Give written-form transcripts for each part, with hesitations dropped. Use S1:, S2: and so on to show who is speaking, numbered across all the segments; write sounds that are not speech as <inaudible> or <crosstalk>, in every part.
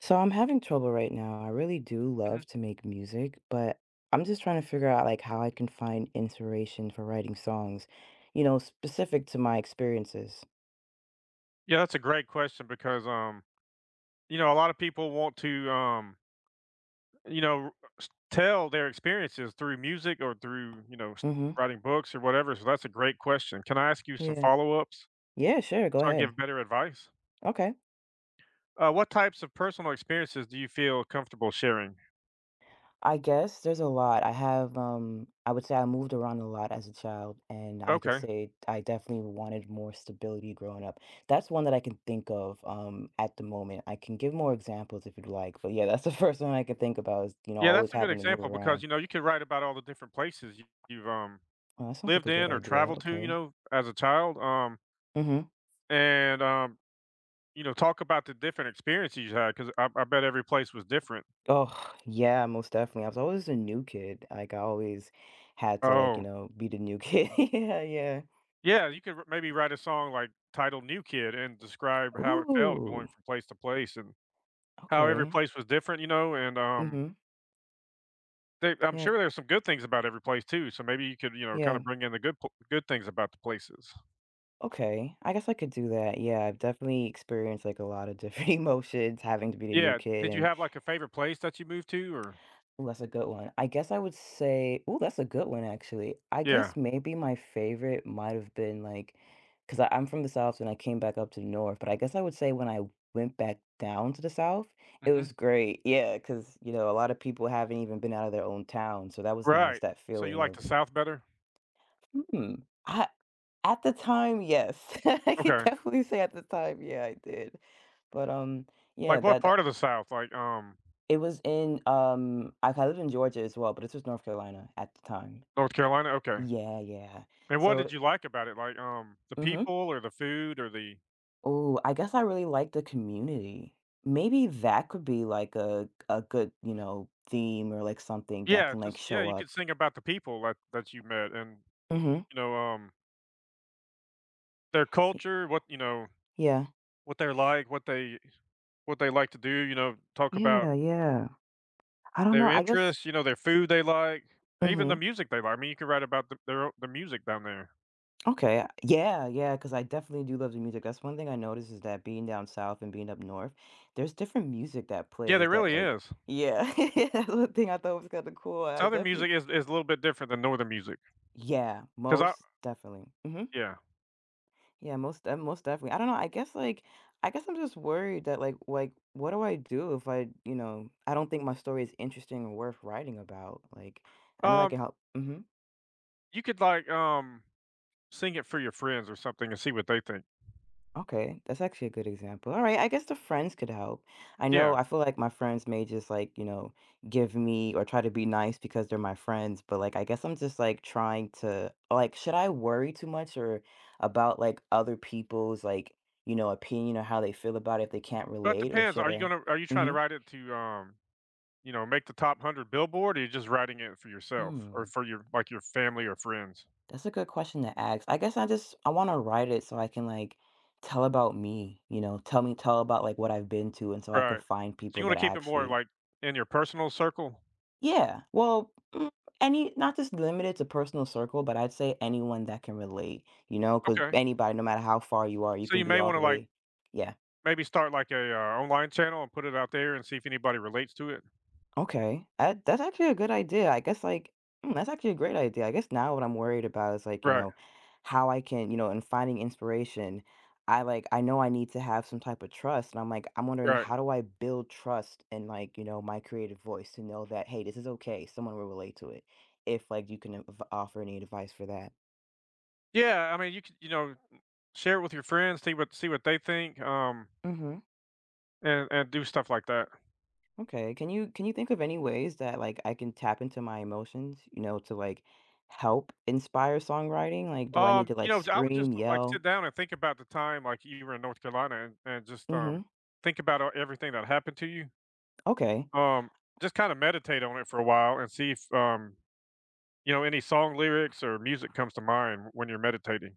S1: So I'm having trouble right now. I really do
S2: Mhm.
S1: love to make music, but I'm just trying to figure out how I can find inspiration for writing songs, you know, specific to my experiences.
S2: Yeah, that's a great question because you know, a lot of people want to you know, tell their experiences through music or through, you know,
S1: Mm-hmm.
S2: writing books or whatever. So that's a great question. Can I ask you some
S1: Yeah.
S2: follow-ups
S1: Yeah, sure. Go
S2: so I can
S1: ahead.
S2: give better advice?
S1: Okay.
S2: What types of personal experiences do you feel comfortable sharing?
S1: I guess there's a lot. I have I would say I moved around a lot as a child, and I could
S2: Okay.
S1: say I definitely wanted more stability growing up. That's one that I can think of at the moment. I can give more examples if you'd like, but yeah, that's the <laughs> first one I could think about is, you know,
S2: Yeah, that's
S1: always
S2: a good
S1: having to move
S2: example because
S1: around.
S2: you know, you could write about all the different places you've
S1: Well, that sounds like
S2: lived
S1: a good
S2: in or
S1: idea.
S2: traveled to, you
S1: Okay.
S2: know, as a child.
S1: Hmm.
S2: And You know, talk about the different experiences you had, 'cause I bet every place was different.
S1: Oh, yeah, most definitely. I was always a new kid. Like I always had to like, you
S2: Oh,
S1: know, be the new kid. <laughs> Yeah, yeah.
S2: yeah, you could r maybe write a song, like, titled "New Kid," and describe how it felt
S1: Ooh.
S2: going from place to place and how every
S1: Okay.
S2: place was different, you know, and,
S1: Mm-hmm.
S2: they I'm
S1: Yeah.
S2: sure there's some good things about every place too, so maybe you could, you know, kinda
S1: Yeah.
S2: bring in the good things about the places.
S1: Okay. I guess I could do that. Yeah, I've definitely experienced like a lot of different <laughs> emotions having to be the new
S2: Yeah,
S1: kid.
S2: did you
S1: And
S2: have, like, a favorite place that you moved to or
S1: ooh, that's a good one. I guess I would say, oh, that's a good one actually. I
S2: Yeah.
S1: guess maybe my favorite might have been like, because I'm from the South and I came back up to the North, but I guess I would say when I went back down to the South, it
S2: Mhm.
S1: was great. Yeah, because you know a lot of people haven't even been out of their own town, so that was nice.
S2: Right,
S1: That
S2: so you
S1: feeling
S2: like
S1: of,
S2: the South better?
S1: hmm, I at the time, yes, <laughs> I could
S2: Okay.
S1: definitely say at the time, yeah, I did. But yeah,
S2: Like, what
S1: that
S2: part of the South? Like,
S1: it was in I lived in Georgia as well, but this was North Carolina at the time.
S2: North Carolina? Okay.
S1: Yeah, yeah.
S2: And what did
S1: So,
S2: you like about it? Like, the
S1: hmm,
S2: people or the food or the
S1: oh, I guess I really like the community. Maybe that could be like a good, you know, theme or like something that
S2: Yeah,
S1: can like
S2: just yeah,
S1: show
S2: you
S1: up.
S2: could sing about the people that you met and,
S1: Hmm.
S2: you know, their culture,
S1: Yeah.
S2: what they're like, what they like to do, you know, talk about
S1: Yeah, yeah. I don't
S2: their
S1: know. I guess.
S2: interests, you know, their food they like, even
S1: Hmm.
S2: the music they like. I mean, you could write about the their o the music down there.
S1: Okay. Yeah, yeah. Because I definitely do love the music. That's one thing I noticed is that being down south and being up north, there's different music that
S2: Yeah, there
S1: plays that
S2: really
S1: like.
S2: is.
S1: Yeah, <laughs> that's one thing I thought was kind of cool. I
S2: Southern music
S1: definitely.
S2: is a little bit different than northern music,
S1: Yeah,
S2: cause I
S1: most definitely. Mhm.
S2: Yeah.
S1: Yeah, most definitely. I don't know, I guess, like I guess I'm just worried that, like, what do I do if I, you know I don't think my story is interesting or worth writing about, like, I know that
S2: Um,
S1: can help. Mhm.
S2: you could, like, sing it for your friends or something and see what they think.
S1: Okay, that's actually a good example. Alright, I guess the friends could help. I
S2: Yeah.
S1: know I feel like my friends may just, like, you know, give me or try to be nice because they're my friends, but, like, I guess I'm just, like, trying to like, should I worry too much or about, like, other people's, like, you know, opinion or how they feel about it if they can't
S2: Well, it
S1: relate, or
S2: depends.
S1: should
S2: Are you
S1: I?
S2: gonna are you trying to
S1: Mhm.
S2: write it to, you know, make the top 100 Billboard, or you're just writing it for yourself or
S1: Hmm,
S2: for your family or friends?
S1: that's a good question to ask. I guess I just I want to write it so I can like tell about me, you know, tell about like what I've been to and so I
S2: Right.
S1: could find
S2: So you
S1: people
S2: wanna
S1: that
S2: keep it more,
S1: actually.
S2: like, in your personal circle?
S1: Yeah. Well, mm, any not just limited to personal circle, but I'd say anyone that can relate, you know, because
S2: Okay.
S1: anybody no matter how far you are, you
S2: So you
S1: can be
S2: may
S1: all
S2: wanna,
S1: the
S2: like,
S1: way. Yeah.
S2: maybe start, like, a, online channel and put it out there and see if anybody relates to it.
S1: Okay. That's actually a good idea. I guess, like, mm, that's actually a great idea. I guess now what I'm worried about is, like, you
S2: Right,
S1: know, how I can, you know, in finding inspiration, I like, I know I need to have some type of trust. And I'm like, I'm wondering
S2: right.
S1: how do I build trust in, like, you know, my creative voice to know that, hey, this is okay. Someone will relate to it. If, like, you can offer any advice for that.
S2: Yeah, I mean, you could, you know, share it with your friends, see what they think,
S1: Mm-hmm.
S2: and do stuff like that.
S1: Okay. Can you think of any ways that like I can tap into my emotions, you know, to like help inspire songwriting? Like, do I need to
S2: You
S1: like
S2: know, I would just,
S1: scream,
S2: like, sit
S1: yell?
S2: down and think about the time, like, you were in North Carolina and just,
S1: Mhm.
S2: think about all everything that happened to you.
S1: Okay.
S2: Um, just kinda meditate on it for a while and see if, you know, any song lyrics or music comes to mind when you're meditating.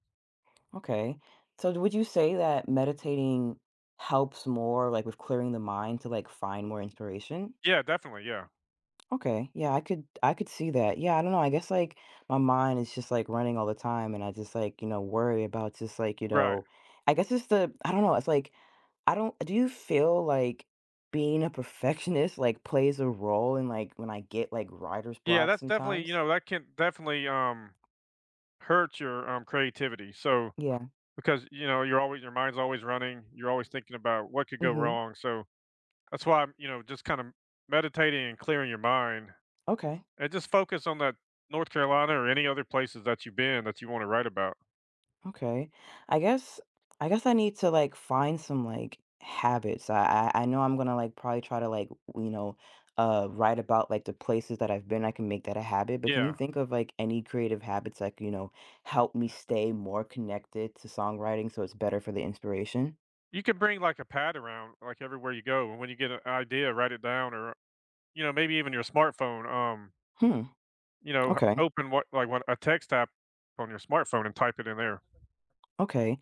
S1: Okay. So d would you say that meditating helps more, like, with clearing the mind to, like, find more inspiration?
S2: Yeah, definitely, yeah.
S1: Okay. Yeah, I could see that. Yeah, I don't know, I guess, like, my mind is just, like, running all the time, and I just, like, you know, worry about just, like, you
S2: Right.
S1: know I guess it's the I don't know, it's like, I don't do you feel like being a perfectionist, like, plays a role in, like, when I get, like, writer's
S2: Yeah,
S1: block
S2: that's definitely you
S1: sometimes?
S2: know, that can definitely, hurt your, creativity, so
S1: Yeah.
S2: because, you know, you're always your mind's always running, you're always thinking about what could go
S1: Mhm.
S2: wrong, so that's why, you know, just kind of meditating and clearing your mind.
S1: Okay.
S2: And just focus on that North Carolina or any other places that you've been that you wanna write about.
S1: Okay. I guess I guess I need to like find some like habits. I know I'm gonna like probably try to like you know write about like the places that I've been. I can make that a habit. But can you
S2: Yeah.
S1: think of like any creative habits like you know help me stay more connected to songwriting so it's better for the inspiration?
S2: You could bring, like, a pad around, like, everywhere you go, and when you get an idea, write it down or, you know, maybe even your smartphone,
S1: Hmm.
S2: you know, h
S1: Okay.
S2: open what like, what a text app on your smartphone and type it in there.
S1: Okay.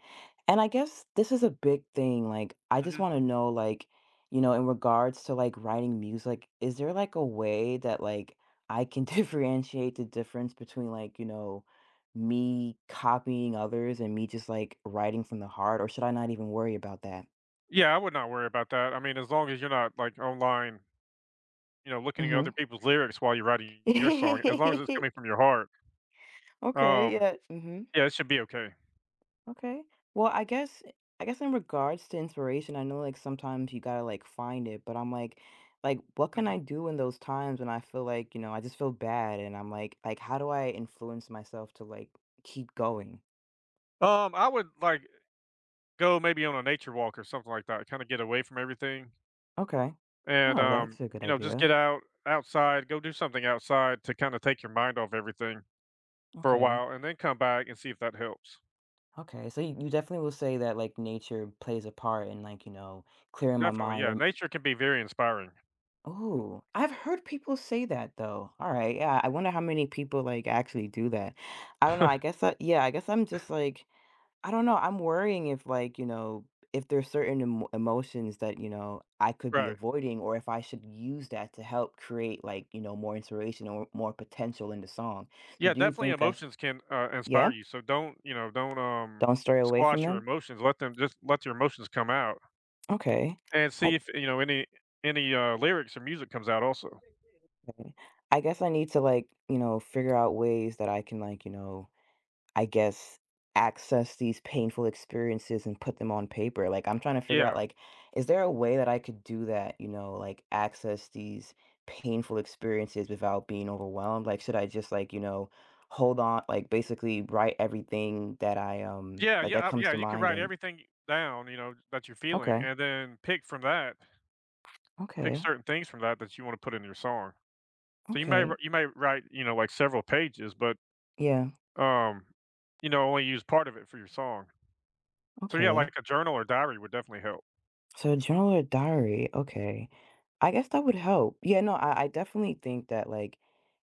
S1: And I guess this is a big thing. Like, I just
S2: Mhm.
S1: want to know, like, you know, in regards to like writing music, is there like a way that like I can <laughs> differentiate the difference between like, you know, me copying others and me just like writing from the heart, or should I not even worry about that?
S2: Yeah, I would not worry about that. I mean, as long as you're not, like, online, you know, looking at other
S1: Mm-hmm.
S2: people's lyrics while you're writing your song, as long as it's
S1: <laughs>
S2: coming from your heart,
S1: Okay,
S2: um,
S1: yeah. Mm-hmm.
S2: yeah, it should be okay.
S1: Okay. Well, I guess in regards to inspiration, I know like sometimes you gotta like find it, but I'm like what can
S2: Mhm.
S1: I do in those times when I feel like, you know, I just feel bad and I'm like how do I influence myself to like keep going?
S2: I would, like go maybe on a nature walk or something like that, kinda get away from everything,
S1: Okay.
S2: and,
S1: Oh, that's a good
S2: you know, just get
S1: idea.
S2: out outside, go do something outside to kinda take your mind off everything for a
S1: Okay.
S2: while and then come back and see if that helps.
S1: Okay. So you definitely will say that like nature plays a part in like, you know, clearing my
S2: Definitely,
S1: mind
S2: yeah,
S1: or
S2: nature can be very inspiring.
S1: oh, I've heard people say that though. All right. Yeah. I wonder how many people like actually do that. I don't know. I guess I, yeah, I guess I'm just like, I don't know. I'm worrying if like, you know, if there's certain emotions that, you know, I could be
S2: Right.
S1: avoiding or if I should use that to help create like, you know, more inspiration or more potential in the song. So
S2: Yeah,
S1: do you
S2: definitely
S1: think
S2: emotions can,
S1: yeah,
S2: inspire you, so don't, you know, don't,
S1: don't stray away from
S2: squash your
S1: them?
S2: emotions, let them just let your emotions come out
S1: Okay.
S2: and see
S1: I,
S2: if, you know, any, lyrics or music comes out also.
S1: I guess I need to like, you know, figure out ways that I can like, you know, I guess, access these painful experiences and put them on paper. Like, I'm trying to figure out,
S2: Yeah.
S1: like, is there a way that I could do that, you know, like access these painful experiences without being overwhelmed? Like, should I just like, you know, hold on, like basically write everything that I
S2: Yeah,
S1: like that
S2: yeah,
S1: comes
S2: yeah,
S1: to
S2: you could
S1: mind
S2: write
S1: and
S2: everything down, you know, that you're feeling
S1: okay.
S2: and then pick from that, pick
S1: Okay.
S2: certain things from that that you wanna put in your song. So
S1: Okay.
S2: you may write, you know, like, several pages, but,
S1: Yeah.
S2: um, you know, only use part of it for your song. So, yeah,
S1: Okay.
S2: like a journal or diary would definitely help.
S1: So journal or diary, okay. I guess that would help. Yeah, no, I definitely think that like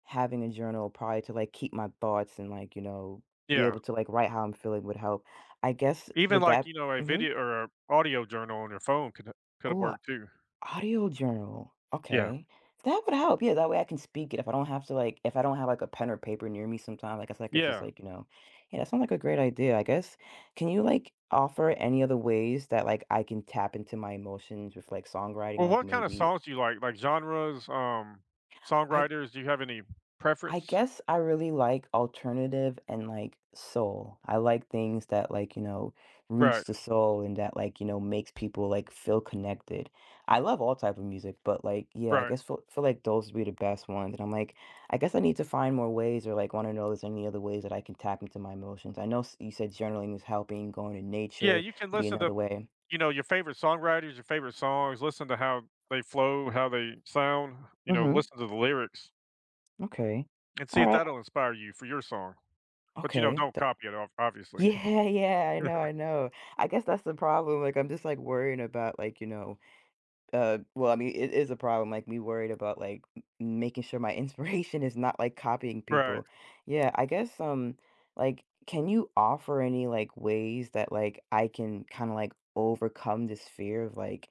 S1: having a journal probably to like keep my thoughts and like, you know, be
S2: Yeah.
S1: able to like write how I'm feeling would help. I guess
S2: Even,
S1: with
S2: like,
S1: that,
S2: you know, a
S1: mm-hmm.
S2: video or a audio journal on your phone could have
S1: Oh, a
S2: worked too.
S1: audio journal.
S2: Yeah.
S1: Okay. That would help. Yeah, that way I can speak it. If I don't have to like if I don't have like a pen or paper near me sometimes, I guess I could just
S2: Yeah.
S1: like, you know, yeah, that sounds like a great idea. I guess can you like offer any other ways that like I can tap into my emotions with like songwriting,
S2: Well,
S1: like
S2: what kinda
S1: maybe
S2: songs do you like? Like genres,
S1: I
S2: songwriters, do you have any
S1: I
S2: preference?
S1: guess I really like alternative and like soul. I like things that like, you know, reach
S2: Right,
S1: the soul and that like, you know, makes people like feel connected. I love all type of music, but like, yeah, I
S2: right.
S1: guess feel like those would be the best ones. And I'm like, I guess I need to find more ways or like want to know if there's any other ways that I can tap into my emotions. I know you said journaling is helping, going to
S2: Yeah,
S1: nature
S2: you can
S1: would be
S2: listen to,
S1: another way.
S2: you know, your favorite songwriters, your favorite songs, listen to how they flow, how they sound, you know,
S1: Hmm.
S2: listen to the lyrics
S1: Okay.
S2: and see
S1: All
S2: if
S1: right.
S2: that'll inspire you for your song. But, you know,
S1: Okay.
S2: don't copy it ob obviously.
S1: Yeah, yeah, I know, I
S2: <laughs>
S1: know. I guess that's the problem. Like, I'm just like worrying about like, you know, well, I mean, it is a problem. Like, me worried about like making sure my <laughs> inspiration is not like copying
S2: Right.
S1: people. Yeah, I guess like, can you offer any like ways that like I can kind of like overcome this fear of like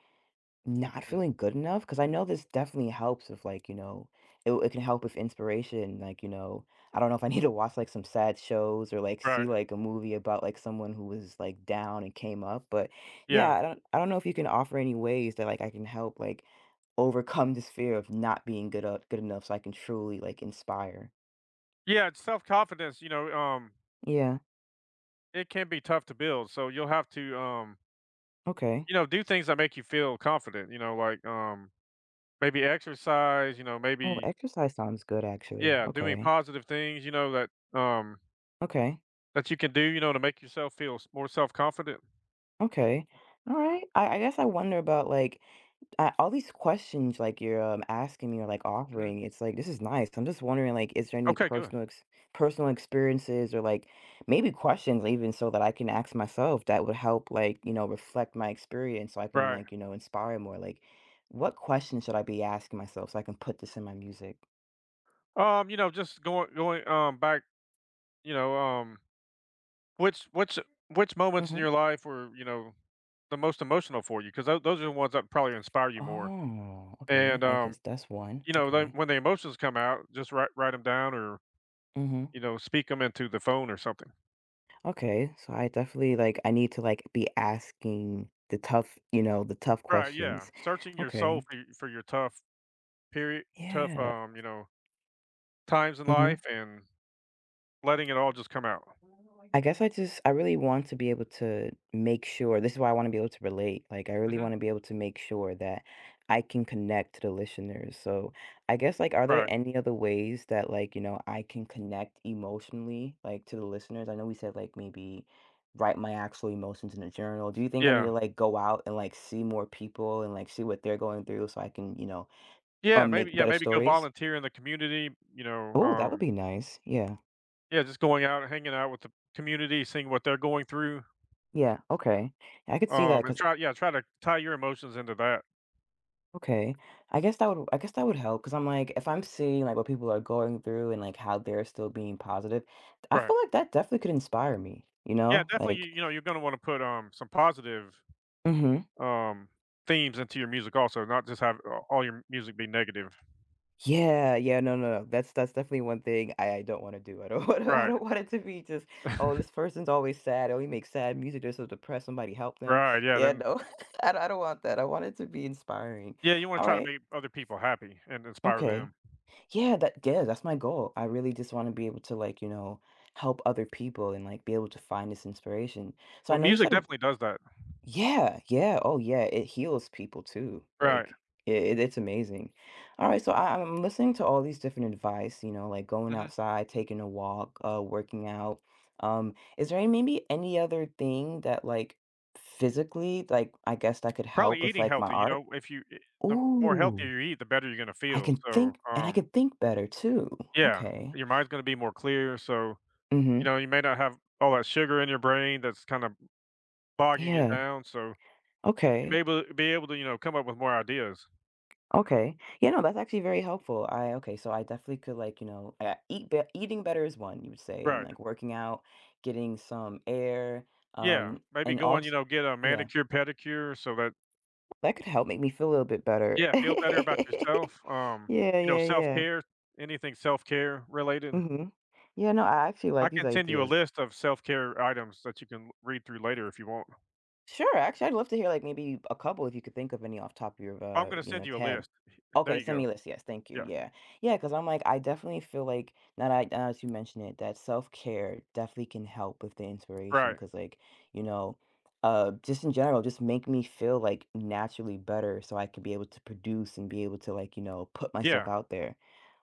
S1: not
S2: Mhm.
S1: feeling good enough? Because I know this definitely helps with, like, you know, it can help with inspiration, like, you know, I don't know if I <laughs> need to watch, like, some sad shows or, like, see,
S2: Right.
S1: like, a movie about, like, someone who was, like, down and came up, but, yeah,
S2: Yeah.
S1: I don't know if you can offer any ways that, like, I can help, like, overcome this fear of not being good enough so I can truly, like, inspire.
S2: Yeah, it's self-confidence, you know,
S1: Yeah,
S2: it can be tough to build, so you'll have to,
S1: okay.
S2: you know, do things that make you feel confident, you know, like, maybe exercise, you know,
S1: Oh,
S2: maybe
S1: exercise sounds good, actually.
S2: yeah, doing
S1: Okay.
S2: positive things, you know, that, um
S1: Okay.
S2: That you can do, you know, to make yourself feel s more self-confident?
S1: Okay. Alright. I guess I wonder about, like, I, all these questions like you're asking me or like
S2: Mhm.
S1: offering, it's like this is nice. I'm just wondering like, is there any
S2: Okay, good.
S1: personal experiences or like maybe questions even so that I can ask myself that would help like you know reflect my experience so I can,
S2: Right.
S1: like, you know, inspire more. Like, what questions should I be asking myself so I can put this in my music?
S2: You know, just going going, back, you know, which which which moments in
S1: Hmm.
S2: your life were, you know, the most emotional for you? Because those are the ones that probably inspire you more,
S1: Oh, okay.
S2: and,
S1: I guess that's one.
S2: you know, then
S1: Okay.
S2: when the emotions come out, just write them down or,
S1: Mm-hmm.
S2: you know, speak them into the phone or something.
S1: Okay. So I definitely like I need to like be asking the tough, you know, the tough
S2: Right, yeah.
S1: questions.
S2: Searching your soul
S1: Okay.
S2: for your tough,
S1: Yeah.
S2: you know, times in
S1: Hmm.
S2: life and letting it all just come out.
S1: I really want to be able to make sure. This is why I want to be able to relate. Like, I really
S2: Mhm.
S1: want to be able to make sure that I can connect to the listeners. So, I guess, like, are there
S2: Right.
S1: any other ways that, like, you know, I can connect emotionally, like, to the listeners? I know we said, like, maybe write my actual emotions in a journal. Do you think I need
S2: Yeah.
S1: to, like, go out and, like, see more people and, like, see what they're going through so I can, make
S2: Yeah,
S1: better
S2: maybe go
S1: stories?
S2: volunteer in the community, you know,
S1: Oh, that would be nice. Yeah.
S2: yeah, just going out, hanging out with the community, seeing what they're going through,
S1: Yeah. Okay. I could see that
S2: and
S1: because
S2: try yeah, try to tie your emotions into that.
S1: okay. I guess that would help because I'm like if I'm seeing like what people are going through and like how they're still being positive, I
S2: Right.
S1: feel like that definitely could inspire me, you
S2: Yeah,
S1: know?
S2: definitely,
S1: Like
S2: you know, you're gonna wanna put, some positive,
S1: hmm.
S2: um, themes into your music also, not just have a all your music be negative.
S1: Yeah, yeah, no, no, no. That's definitely one thing I don't want to do. I don't <laughs> want to, I
S2: Right.
S1: don't want it to be just, oh,
S2: <laughs>
S1: this person's always sad. Oh, he makes sad music. They're so depressed. Somebody help them.
S2: Right, yeah,
S1: Yeah,
S2: then
S1: no. <laughs> I don't want that. I want it to be inspiring.
S2: yeah, you wanna
S1: All
S2: try to
S1: right.
S2: make other people happy and inspire
S1: Okay.
S2: them.
S1: Yeah, that's my goal. I really just want to be able to, like, you know, help other people and like be able to find this inspiration. So
S2: Well,
S1: I know you
S2: music
S1: said
S2: definitely does that.
S1: yeah, yeah, oh yeah, it heals people too.
S2: Right.
S1: Like it's amazing. All right, so I'm listening to all these different advice, you know, like going
S2: Mhm.
S1: outside, taking a walk, working out. Is there any maybe any other thing that like physically, like I guess that could
S2: Probably
S1: help with
S2: eating
S1: like my
S2: healthy, you
S1: art?
S2: know, if you eh, the more healthier
S1: Ooh,
S2: you eat, the better you're gonna feel, so,
S1: I can think better too.
S2: yeah,
S1: Okay.
S2: your mind's gonna be more clear, so, you
S1: Mhm.
S2: know, you may not have all that sugar in your brain that's kinda bogging it
S1: Yeah.
S2: down, so you may
S1: Okay.
S2: able be able to, you know, come up with more ideas.
S1: Okay. Yeah, no, that's actually very helpful. I okay, so I definitely could, like, you know, eat be eating better is one, you would say, and
S2: Right.
S1: like working out, getting some air,
S2: Yeah, maybe
S1: and
S2: go and, you
S1: also,
S2: know, get a
S1: yeah,
S2: manicure, pedicure so that
S1: that could help make me feel a little bit better.
S2: yeah, feel better about
S1: <laughs>
S2: yourself,
S1: Yeah,
S2: you know,
S1: yeah, yeah.
S2: self-care, anything self-care related.
S1: Mhm. Yeah, no, I actually
S2: I
S1: like these
S2: can send you a
S1: ideas.
S2: list of self-care items that you can read through later if you want.
S1: Sure, actually, I'd love to hear, like, maybe a couple if you could think of any off top of your,
S2: I'm gonna
S1: you
S2: send
S1: know,
S2: you a
S1: head.
S2: list. There
S1: Okay,
S2: you
S1: send
S2: go.
S1: me a list, yes, thank you,
S2: Yeah.
S1: yeah. Yeah. Because 'cause I'm like, I definitely feel like, now that you mention it, that self-care definitely can help with the inspiration.
S2: Right.
S1: Because like, you know, just in general, just make me feel, like, naturally better so I could be able to produce and be able to, like, you know, put myself
S2: Yeah.
S1: out there.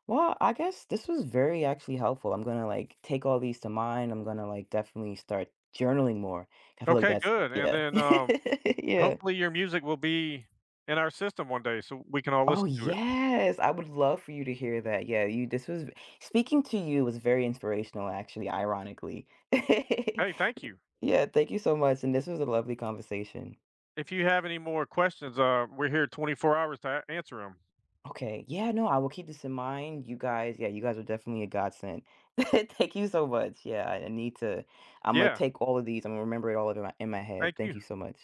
S1: Well, I guess this was very actually helpful. I'm gonna like take all these to mind. I'm gonna like definitely start journaling more. I feel like
S2: Okay,
S1: that's
S2: good, and
S1: yeah.
S2: then,
S1: <laughs> Yeah.
S2: hopefully your music will be in our system one day so we can all
S1: Oh
S2: listen to it.
S1: yes. I would love for you to hear that. Yeah, you this was Speaking to you was very inspirational actually, ironically. <laughs>
S2: Hey, thank you.
S1: Yeah, thank you so much. And this was a lovely conversation.
S2: If you have any more questions, we're here 24 hours to a answer them.
S1: Okay. Yeah, no, I will keep this in mind. You guys, yeah, you guys are definitely a godsend. <laughs> Thank you so much. Yeah, I need to. I'm gonna
S2: Yeah.
S1: take all of these. I'm gonna remember it all of in my
S2: Thank
S1: head. Thank
S2: you.
S1: you so much.